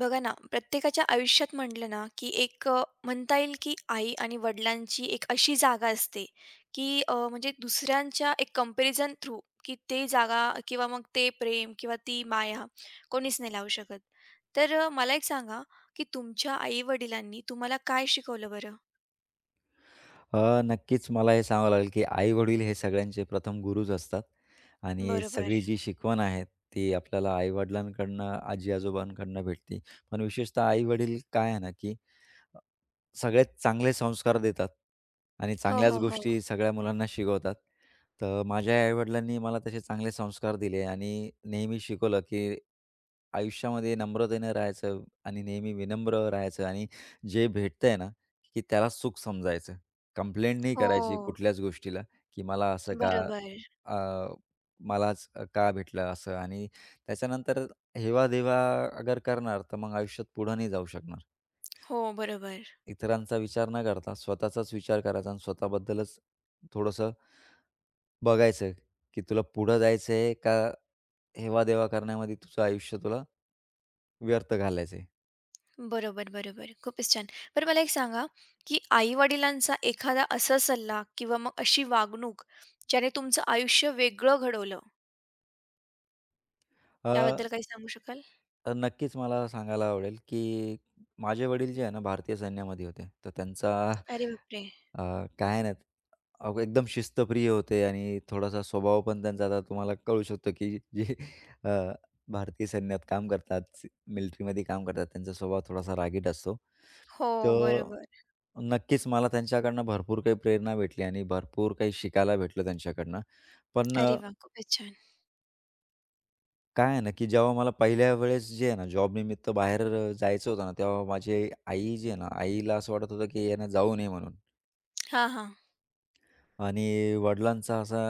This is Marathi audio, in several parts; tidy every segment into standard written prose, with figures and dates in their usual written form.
बघा ना, प्रत्येकाच्या आयुष्यात म्हटलं ना, की एक म्हणता येईल की आई आणि वडिलांची एक अशी जागा असते, की म्हणजे दुसऱ्यांच्या एक कंपेरिजन थ्रू, की ते जागा किंवा मग ते प्रेम किंवा ती माया कोणीच नाही लावू शकत. तर मला एक सांगा, की तुमच्या आई-वडिलांनी तुम्हाला काय शिकवलं बरं? नक्कीच मला हे सांगावं लागेल, की आई-वडील हे सगळ्यांचे प्रथम गुरुच असतात आणि बरोबर. सगळी जी शिकवण आहे ती आपल्याला आई-वडिलांकडनं, आजी-आजोबांकडनं भेटते. पण विशेषतः आई-वडील काय आहे ना, की अ, सगळ्यात चांगले संस्कार देतात आणि हो, चांगल्याच हो, हो. गोष्टी सगळ्या मुलांना शिकवतात. तर माझ्या आई-वडिलांनी मला तसे चांगले संस्कार दिले आणि नेहमी शिकवलं, की आयुष्यामध्ये नम्रतेनं राहायचं आणि नेहमी विनम्र राहायचं आणि जे भेटतंय ना, की त्याला सुख समजायचं. कंप्लेंट नाही करायची हो. कुठल्याच गोष्टीला, की मला असं का बरोबर. अ, मलाच का भेटलं असं आणि त्याच्यानंतर हेवा-देवा अगर करणार, तर मग आयुष्यात पुढं नाही जाऊ शकणार. हो, बरोबर. इतरांचा विचार न करता स्वतःचाच विचार करायचा आणि स्वतःबद्दलच थोडंसं बघायचं, की तुला पुढं जायचंय का हेवा-देवा करण्यामध्ये तुझं आयुष्य तुला व्यर्थ घालायचंय. बरोबर, बरोबर. खूपच छान. बरं मला एक सांगा, की आई-वडिलांचा एखादा असा सल्ला किंवा मग अशी वागणूक, ज्याने तुमचं आयुष्य वेगळं घडवलं, अ, त्याबद्दल काही सांगू शकाल? तर नक्कीच मला सांगायला आवडेल, की माझे वडील जे आहे ना भारतीय सैन्यामध्ये होते. तर त्यांचा अरे बापरे! काय नाही. अहो, एकदम शिस्तप्रिय होते आणि थोडासा स्वभाव पण त्यांचा आता तुम्हाला कळू शकतो, की जे अ, भारतीय सैन्यात काम करतात, मिलिटरीमध्ये काम करतात, त्यांचा स्वभाव थोडासा रागीट असतो. हो, तर बरोबर. नक्कीच मला त्यांच्याकडनं भरपूर काही प्रेरणा भेटली आणि भरपूर काही शिकायला भेटलं त्यांच्याकडनं. पण अरे वा, खूपच छान. काय आहे ना, की जेव्हा मला पहिल्या वेळेस जे आहे ना, जॉबनिमित्त बाहेर जायचं होतं ना, तेव्हा माझी आई जी आहे ना, आईला असं वाटत होतं, की यानं जाऊ नये म्हणून. हां, हां. आणि वडिलांचा असा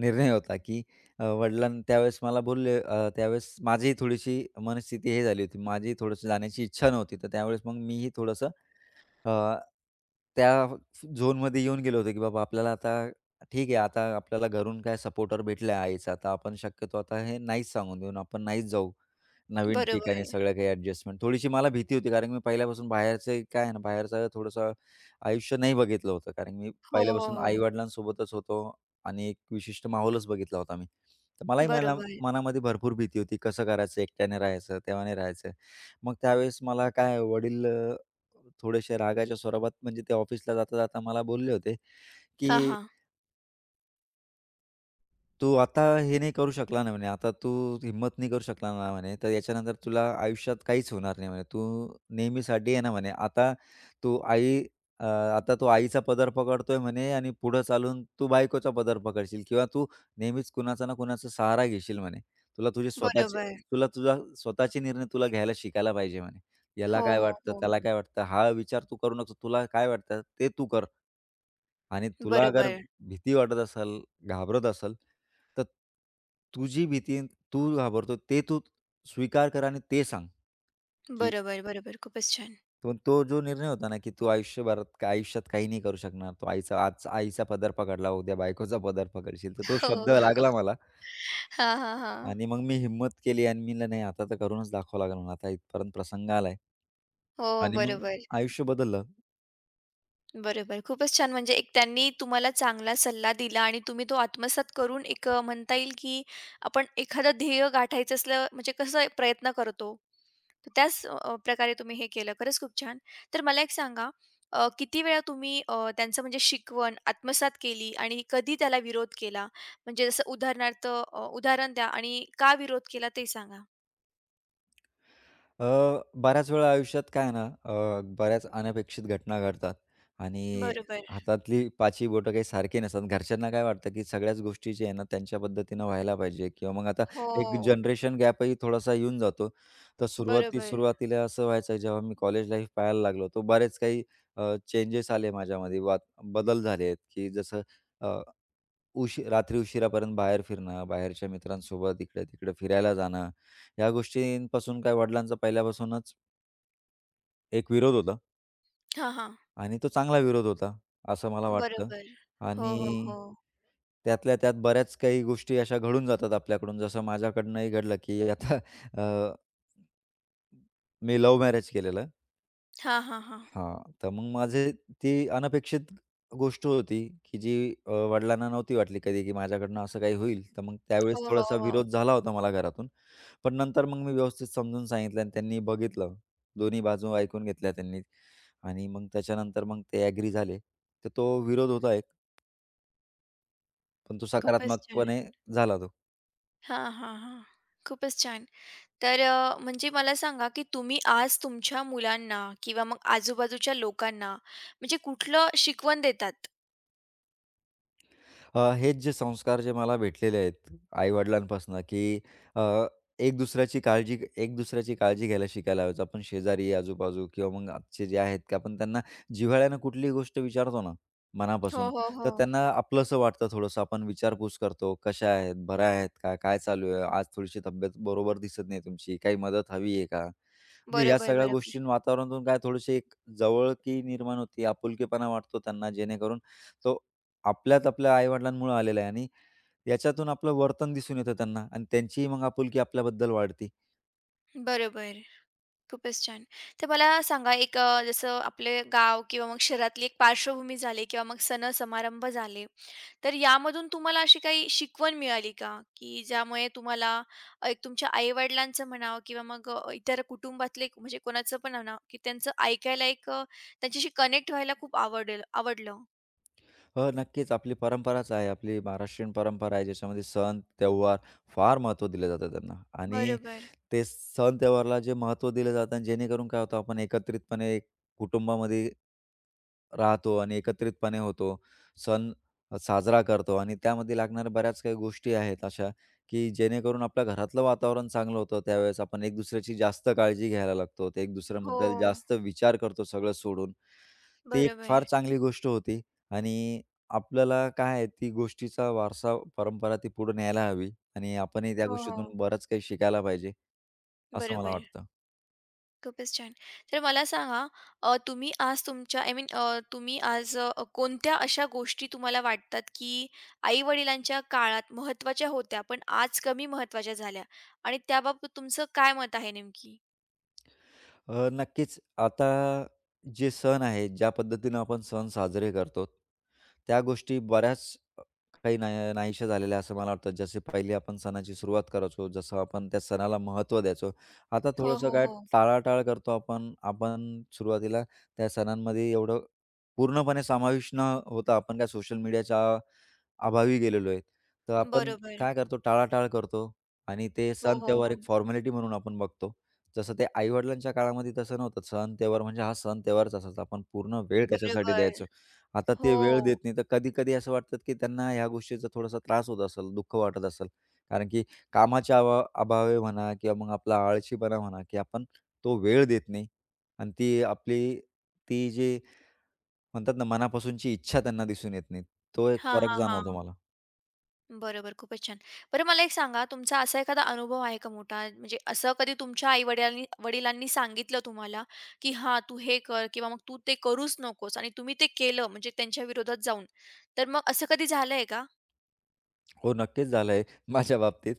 निर्णय होता, की वडिलांनी त्यावेळेस मला बोलले त्यावेळेस माझीही थोडीशी मनस्थिती हे झाली होती. माझीही थोडंसं जाण्याची इच्छा नव्हती. तर त्यावेळेस मग मीही थोडंसं अ, त्या झोनमध्ये येऊन गेलो होतो, की बाबा आपल्याला आता ठीक आहे, आता आपल्याला घरून काय सपोर्टर भेटला आईचा, आता आपण शक्यतो आता हे नाहीच सांगून देऊन आपण नाहीच जाऊ नवीन ठिकाणी बरोबर. सगळं काही ॲडजस्टमेंट. थोडीशी मला भीती होती कारण मी पहिल्यापासून बाहेरचं काय आहे ना, बाहेरचं थोडंसं आयुष्य नाही बघितलं होतं. कारण मी हो, हो, पहिल्यापासून आई हो. होतो आणि एक विशिष्ट माहोलच बघितला होता मी. तर मलाही मना बरोबर. मनामध्ये भरपूर भीती होती, कसं करायचं, एकट्याने राहायचं, तेव्हाने राहायचं. मग त्यावेळेस मला काय वडील थोड्याशा रागाच्या स्वरावात म्हणजे ते ऑफिसला जाता-जाता मला बोलले होते, हां, की हां. तू आता हे नाही करू शकला ना म्हणे, आता तू हिम्मत नाही करू शकला ना म्हणे, तर याच्यानंतर तुला आयुष्यात काहीच होणार नाही म्हणे. तू नेहमीसाठी आहे ना म्हणे, आता तू आई आता तू आईचा पदर पकडतोय म्हणे आणि पुढं चालून तू बायकोचा पदर पकडशील किंवा तू नेहमीच कुणाचा ना कुणाचा सहारा घेशील म्हणे. तुला तुझे स्वतःचे बरोबर. तुला तुझा स्वतःचे निर्णय तुला घ्यायला शिकायला पाहिजे म्हणे. याला हो, काय हो, वाटतं, हो. त्याला काय वाटतं, हा विचार तू करू नको. तुला काय वाटतं ते तू कर आणि तुला अगर बरोबर. भीती वाटत असेल, घाबरत असेल तर तुझी भीती आणि तू घाबरतो ते तू स्वीकार कर आणि ते सांग, की बरोबर, बरोबर. खूपच छान. पण तो जो निर्णय होता ना, की तू आयुष्यभरात आयुष्यात काही नाही करू शकणार. तू आईचा आज आईचा पदर पकडला, उद्या बायकोचा पदर पकडशील. तर तो शब्द हो. लागला मला हां, हां, हां. आणि मग मी हिम्मत केली आणि मी म्हणलं नाही आता तर करूनच दाखवावं लागेल म्हणून. आता इथपर्यंत प्रसंग आलाय. हो, आणि मग बरोबर. आयुष्य बदललं. बरोबर. खूपच छान म्हणजे एक त्यांनी तुम्हाला चांगला सल्ला दिला आणि तुम्ही तो आत्मसात करून एक म्हणता येईल, की आपण एखादं ध्येय गाठायचं असलं म्हणजे कसं प्रयत्न करतो. तर त्याच प्रकारे तुम्ही हे केलं. खरंच खूप छान. तर मला एक सांगा किती वेळा तुम्ही त्यांचं म्हणजे शिकवण आत्मसात केली आणि कधी त्याला विरोध केला? म्हणजे जसं उदाहरणार्थ उदाहरण द्या आणि का विरोध केला ते सांगा? अ, बऱ्याच वेळा आयुष्यात काय आहे ना, बऱ्याच अनपेक्षित घटना घडतात आणि बरोबर. हातातली पाचही बोटं काही सारखी नसतात. घरच्यांना काय वाटतं, की सगळ्याच गोष्टी जे आहे ना, त्यांच्या पद्धतीनं व्हायला पाहिजे किंवा मग आता एक हो. जनरेशन गॅपही थोडासा येऊन जातो. तर बरोबर. सुरुवातीला असं व्हायचं, जेव्हा मी कॉलेज लाईफ पाहायला लागलो, तर बरेच काही चेंजेस आले माझ्यामध्ये, बदल झाले आहेत, की जसं रात्री उशिरापर्यंत बाहेर फिरणं, बाहेरच्या मित्रांसोबत इकडे-तिकडे फिरायला जाणं, ह्या गोष्टींपासून काय वडिलांचा पहिल्यापासूनच एक विरोध होता हां, हां. आणि तो चांगला विरोध होता, असं मला वाटतं. बरोबर. हो, हो, आणि हो. त्यातल्या त्यात बऱ्याच काही गोष्टी अशा घडून जातात आपल्याकडून. जसं माझ्याकडूनही घडलं, की आता अ, मी लव्ह मॅरेज केलेलं. हां, हां, हां. हां, तर मग माझे ती अनपेक्षित गोष्ट होती, की जी वडिलांना नव्हती वाटली कधी, की माझ्याकडनं असं काही होईल. तर मग त्यावेळेस हो, हो, थोडासा हो. विरोध झाला होता मला घरातून. पण नंतर मग मी व्यवस्थित समजून सांगितलं आणि त्यांनी बघितलं. दोन्ही बाजू ऐकून घेतल्या त्यांनी आणि मग त्याच्यानंतर मग ते ॲग्री झाले. तर तो विरोध होता एक, पण तो खूपच छान. सकारात्मकपणे झाला तो. हां, हां, हां. खूपच छान. तर म्हणजे मला सांगा, की तुम्ही आज तुमच्या मुलांना किंवा मग आजूबाजूच्या लोकांना म्हणजे कुठलं शिकवण देतात? हेच जे संस्कार जे मला भेटलेले आहेत आई-वडिलांपासून, की अ, एक दुसऱ्याची काळजी घ्यायला शिकायला हवं. आपण शेजारी, आजूबाजू किंवा मग आजचे जे आहेत, की आपण त्यांना जिव्हाळ्यानं कुठलीही गोष्ट विचारतो ना हो, मनापासून, हो, हो. तर त्यांना आपलंसं वाटतं थोडंसं. आपण विचारपूस करतो, कशा आहेत, बऱ्या आहेत का, काय चालू आहे, आज थोडीशी तब्येत बरोबर दिसत नाही तुमची, काही मदत हवी आहे का? म्हणजे या बरोबर, सगळ्या बरोबर. गोष्टी वातावरणातून काय थोडीशी एक जवळकी निर्माण होती, आपुलकीपणा वाटतो त्यांना जेणेकरून तो आपल्यात आपल्या आई-वडिलांमुळे आलेला आहे आणि याच्यातून आपलं वर्तन दिसून येतं त्यांना आणि त्यांचीही मग आपुलकी आपल्याबद्दल वाढते. बरोबर. खूपच छान. तर मला सांगा एक जसं आपले गाव किंवा मग शहरातली एक पार्श्वभूमी झाली किंवा मग सण-समारंभ झाले. तर यामधून तुम्हाला अशी काही शिकवण मिळाली का? की ज्यामुळे तुम्हाला एक तुमच्या आई-वडिलांचं म्हणावं किंवा मग इतर म्हणजे कोणाचं पण म्हणा, की त्यांचं ऐकायला एक त्यांच्याशी कनेक्ट व्हायला खूप आवडलं. हो, नक्कीच. आपली परंपराच आहे. आपली महाराष्ट्रीयन परंपरा आहे, ज्याच्यामध्ये सण, त्योहार फार महत्त्व दिलं जातं त्यांना आणि बरोबर. ते सण त्योहारला जे महत्त्व दिलं जातं आणि जेणेकरून काय होतं, आपण एकत्रितपणे एक कुटुंबामध्ये राहतो आणि एकत्रितपणे होतो. सण साजरा करतो आणि त्यामध्ये लागणाऱ्या बऱ्याच काही गोष्टी आहेत अशा, की जेणेकरून आपल्या घरातलं वातावरण चांगलं होतं. त्यावेळेस आपण एक दुसऱ्याची जास्त काळजी घ्यायला लागतो. ते एक हो. दुसऱ्याबद्दल जास्त विचार करतो सगळं सोडून. ती एक बरोबर. फार चांगली गोष्ट होती आणि आपल्याला काय आहे, ती गोष्टीचा वारसा, परंपरा ती पुढे न्यायला हवी आणि आपणही त्या हो, हो. गोष्टीतून बरंच काही शिकायला पाहिजे, असं मला बरोबर. वाटतं. खूपच छान. तर मला सांगा तुम्ही आज तुमच्या आय मीन तुम्ही आज कोणत्या अशा गोष्टी तुम्हाला वाटतात, की आई-वडिलांच्या काळात महत्त्वाच्या होत्या, पण आज कमी महत्त्वाच्या झाल्या आणि त्याबाबत तुमचं काय मत आहे नेमकी? नक्कीच आता जे सण आहेत, ज्या पद्धतीनं आपण सण साजरे करतो, त्या गोष्टी बऱ्याच अ, काही ना नाहीशा झालेल्या असं मला वाटतं. जसे पहिले आपण सणाची सुरुवात करायचो, जसं आपण त्या सणाला महत्त्व द्यायचो. आता हो, थोडंसं हो, काय हो. टाळाटाळ करतो आपण. आपण सुरुवातीला त्या सणांमध्ये एवढं पूर्णपणे समाविष्ट न होता आपण काय सोशल मीडियाच्या अभावी गेलेलो आहे. तर आपण बरोबर. काय करतो टाळाटाळ करतो आणि ते हो, सण हो, त्योहार हो. एक फॉर्मॅलिटी म्हणून आपण बघतो. जसं ते आई-वडिलांच्या काळामध्ये तसं नव्हतं. सण त्योहार म्हणजे हा सण त्योहारच असायचा. आपण पूर्ण वेळ त्याच्यासाठी बरोबर. द्यायचो. आता ते हो. वेळ देत नाही. तर कधी-कधी असं वाटतं की त्यांना ह्या गोष्टीचा थोडासा त्रास होत असेल, दुःख वाटत असेल. कारण की कामाच्या अभा अभावी म्हणा किंवा मग आपला आळशीपणा म्हणा की आपण तो वेळ देत नाही आणि ती जी म्हणतात ना मनापासूनची इच्छा त्यांना दिसून येत नाही. तो एक हां, फरक हां, जाणवतो हां. मला. बरोबर, खूपच छान. बरं मला एक सांगा, तुमचा असा एखादा अनुभव आहे का मोठा? म्हणजे असं कधी तुमच्या आई-वडिलांनी वडिलांनी वडिलांनी सांगितलं तुम्हाला, की "हां, तू हे कर" किंवा मग "तू ते करूच नकोस" आणि तुम्ही ते केलं म्हणजे त्यांच्या विरोधात जाऊन. तर मग असं कधी झालंय का? हो, नक्कीच झालंय माझ्या बाबतीत.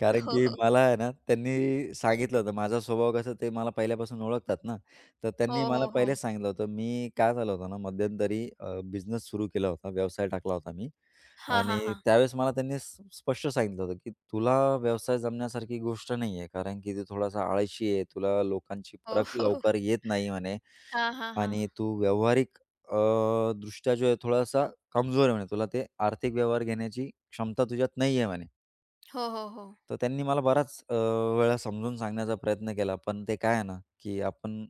कारण हो, की हो. मला आहे ना, त्यांनी सांगितलं होतं. माझा स्वभाव कसं ते मला पहिल्यापासून ओळखतात ना, तर त्यांनी हो, मला हो, हो. पहिलेच सांगितलं होतं. मी काय झालं होतं ना, मध्यंतरी बिझनेस सुरू केला होता, व्यवसाय टाकला होता मी हां, आणि हां, हां. त्यावेळेस मला त्यांनी स्पष्ट सांगितलं होतं, की "तुला व्यवसाय जमण्यासारखी गोष्ट नाही आहे. कारण की तू थोडासा आळशी आहे. तुला लोकांची हो, परख हो. लवकर येत नाही" म्हणे हां, हां, हां. आणि तू व्यावहारिक अ, दृष्ट्या जो आहे थोडासा कमजोर आहे म्हणे. तुला ते आर्थिक व्यवहार घेण्याची क्षमता तुझ्यात नाही आहे म्हणे. हो, हो, हो. तर त्यांनी मला बराच वेळा समजून सांगण्याचा प्रयत्न केला. पण ते काय आहे ना, की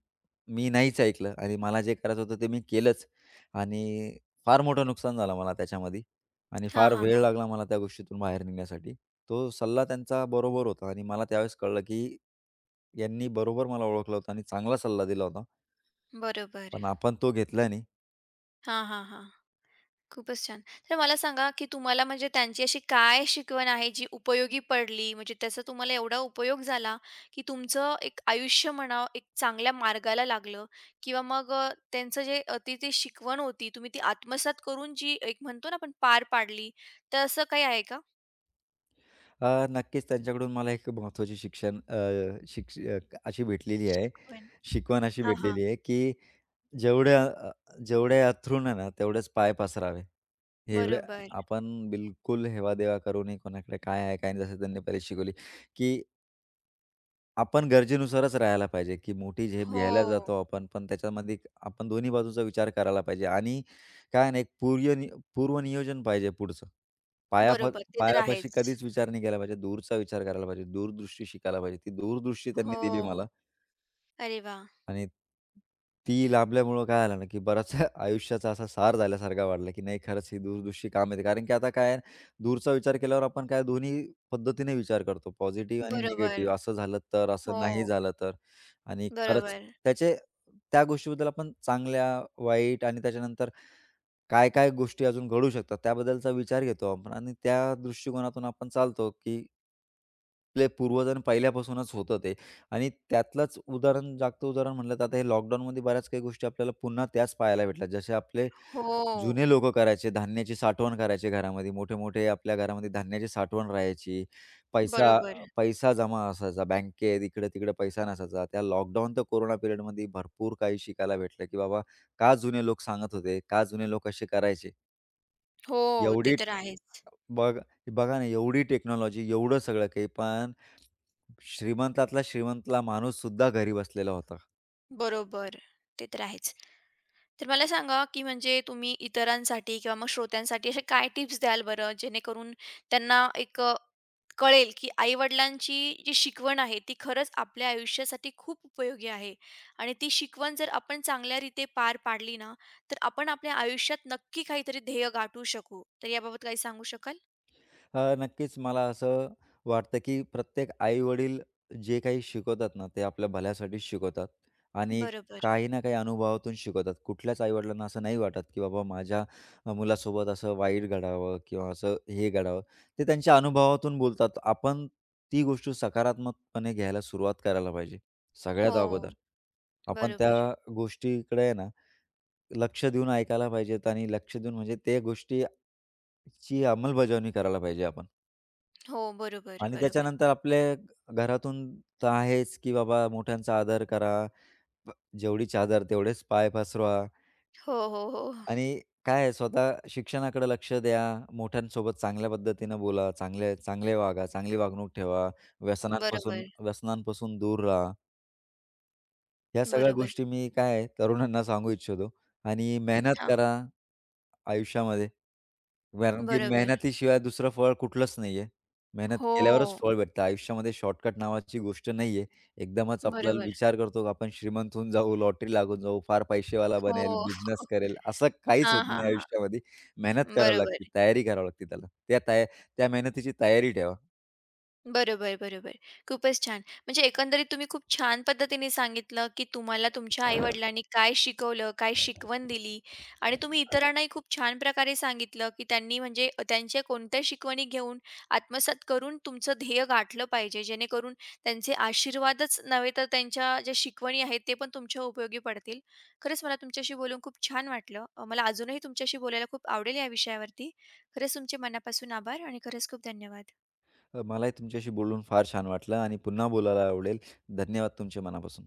मी नाहीच ऐकलं आणि मला जे करायचं होतं ते मी केलंच आणि फार मोठं नुकसान झालं मला त्याच्यामध्ये आणि हां, फार हां, वेळ हां. लागला मला त्या गोष्टीतून बाहेर निघण्यासाठी. तो सल्ला त्यांचा बरोबर होता आणि मला त्यावेळेस कळलं, की यांनी बरोबर मला ओळखलं होतं आणि चांगला सल्ला दिला होता. बरोबर. पण आपण तो घेतला नाही. हां, हां, हां. खूपच छान. तर मला सांगा, की तुम्हाला म्हणजे त्यांची अशी काय शिकवण आहे जी उपयोगी पडली? म्हणजे त्याचा तुम्हाला एवढा उपयोग झाला, की तुमचं एक आयुष्य म्हणा, एक चांगल्या मार्गाला लागलं किंवा मग त्यांचं ती जी शिकवण होती, तुम्ही ती आत्मसात करून जी एक म्हणतो ना आपण पार पाडली, तर असं काही आहे का? नक्कीच त्यांच्याकडून मला एक महत्त्वाची शिक्षण अ, शिक्ष अ, अशी भेटलेली आहे, शिकवण. शिकवण अशी हां, हां. भेटलेली आहे, की जेवढ्या अ, जेवढ्या अथरून आहे ना, तेवढेच पाय पसरावे. हे वे- बरोबर. आपण बिलकुल हेवा-देवा करू नये, कोणाकडे काय आहे, काय नाही, जसं त्यांनी पहिले शिकवली, की आपण गरजेनुसारच राहायला पाहिजे, की मोठी झेप घ्यायला हो. जातो आपण, पण त्याच्यामध्ये एक आपण दोन्ही बाजूचा विचार करायला पाहिजे आणि काय आहे ना, एक पूर्वनियोजन पाहिजे पुढचं. पायापा बरोबर. ते तर पायापाशी आहेच. कधीच विचार नाही केला पाहिजे, दूरचा विचार करायला पाहिजे, दूरदृष्टी शिकायला पाहिजे. ती दूरदृष्टी त्यांनी हो. दिली मला. अरे वाह! आणि ती लाभल्यामुळं काय झालं ना, की बराचसा आयुष्याचा असा सार झाल्यासारखा वाटला, की नाही खरंच ही दूरदृष्टी काम येते. कारण की आता काय आहे, दूरचा विचार केल्यावर आपण काय दोन्ही पद्धतीने विचार करतो. पॉझिटिव्ह आणि बरोबर. निगेटिव्ह. असं झालं तर, असं नाही हो. झालं तर. आणि खरंच बरोबर. त्याचे त्या गोष्टीबद्दल आपण चांगल्या, वाईट आणि त्याच्यानंतर काय-काय गोष्टी अजून घडू शकतात त्याबद्दलचा विचार घेतो आपण आणि त्या दृष्टिकोनातून आपण चालतो, की आपले पूर्वजांनी पहिल्यापासूनच होतं ते आणि त्यातलंच उदाहरण जागतं उदाहरण म्हटलं तर आता हे लॉकडाऊनमध्ये बऱ्याच काही गोष्टी आपल्याला पुन्हा त्याच पाहायला भेटल्या. जसे आपले हो. जुने लोकं करायचे, धान्याची साठवण करायचे घरामध्ये. मोठे-मोठे आपल्या घरामध्ये धान्याची साठवण राहायची. पैसा बरोबर. पैसा जमा असायचा बँकेत, इकडे-तिकडे पैसा नसायचा. त्या लॉकडाऊन तर कोरोना पिरियडमध्ये भरपूर काही शिकायला भेटलं, की बाबा का जुने लोक सांगत होते, का जुने लोक असे करायचे. हो, ते एवढी तर आहेच. बघा बघा ना, एवढी टेक्नॉलॉजी, एवढं सगळं काही, पण श्रीमंतातला श्रीमंतला माणूससुद्धा घरी बसलेला होता. बरोबर. ते तर आहेच. तर मला सांगा, की म्हणजे तुम्ही इतरांसाठी किंवा मग श्रोत्यांसाठी असे काय टिप्स द्याल बरं, जेणेकरून त्यांना एक कळेल, की आई-वडिलांची जी शिकवण आहे, ती खरंच आपल्या आयुष्यासाठी खूप उपयोगी आहे आणि ती शिकवण जर आपण चांगल्यारीते पार पाडली ना, तर आपण आपल्या आयुष्यात नक्की काहीतरी ध्येय गाठू शकू. तर याबाबत काही सांगू शकाल? हां, नक्कीच मला असं वाटतं, की प्रत्येक आई-वडील जे काही शिकवतात ना, ते आपल्या भल्यासाठीच शिकवतात आणि बरोबर. काही ना काही अनुभवातून शिकवतात. कुठल्याच आई-वडिलांना असं नाही वाटत, की बाबा माझ्या मुलासोबत असं वाईट घडावं किंवा असं हे घडावं. ते त्यांच्या अनुभवातून बोलतात. आपण ती गोष्ट सकारात्मकपणे घ्यायला सुरुवात करायला पाहिजे, सगळ्यात अगोदर. हो. आपण त्या बरोबर. गोष्टीकडे आहे ना, लक्ष देऊन ऐकायला पाहिजेत आणि लक्ष देऊन म्हणजे त्या गोष्टीची अंमलबजावणी करायला पाहिजे आपण. हो, बरोबर, आणि बरोबर. त्याच्यानंतर आपल्या घरातून तर आहेच, की बाबा मोठ्यांचा आदर करा. ब जेवढी चादर तेवढेच पाय पसरवा हो, हो, हो. हो. आणि काय आहे स्वतः शिक्षणाकडे लक्ष द्या. मोठ्यांसोबत चांगल्या पद्धतीनं बोला. चांगले चांगले वागा. चांगली वागणूक ठेवा. बरोबर, व्यसनांपासून व्यसनांपासून दूर राहा. ह्या सगळ्या बरोबर. गोष्टी मी काय आहे, तरुणांना सांगू इच्छितो आणि मेहनत हां, करा आयुष्यामध्ये. कारण की बरोबर. मेहनतीशिवाय दुसरं फळ कुठलंच नाहीये. मेहनत हो, केल्यावरच फळ भेटतं. आयुष्यामध्ये शॉर्टकट नावाची गोष्ट नाहीये. एकदमच आपल्याला बरोबर. विचार करतो, का आपण श्रीमंत होऊन जाऊ, लॉटरी लागून जाऊ, फार पैसेवाला हो. बनेल, बिझनेस करेल, असं काहीच हा, होत हा, नाही हां. आयुष्यामध्ये. मेहनत करावी बरोबर. लागते, तयारी करावी लागते त्याला. त्या मेहनतीची तयारी ठेवा. बरोबर, बरोबर. खूपच छान. म्हणजे एकंदरीत तुम्ही खूप छान पद्धतीने सांगितलं, की तुम्हाला तुमच्या आई-वडिलांनी काय शिकवलं, काय शिकवण दिली आणि तुम्ही इतरांनाही खूप छान प्रकारे सांगितलं, की त्यांनी म्हणजे त्यांच्या कोणत्या शिकवणी घेऊन आत्मसात करून तुमचं ध्येय गाठलं पाहिजे. जेणेकरून त्यांचे आशीर्वादच नव्हे तर त्यांच्या ज्या शिकवणी आहेत ते पण तुमच्या उपयोगी पडतील. खरंच मला तुमच्याशी बोलून खूप छान वाटलं. मला अजूनही तुमच्याशी बोलायला खूप आवडेल या विषयावरती. खरंच तुमचे मनापासून आभार आणि खरंच खूप धन्यवाद. मलाही तुमच्याशी बोलून फार छान वाटलं आणि पुन्हा बोलायला आवडेल. धन्यवाद तुमचे मनापासून.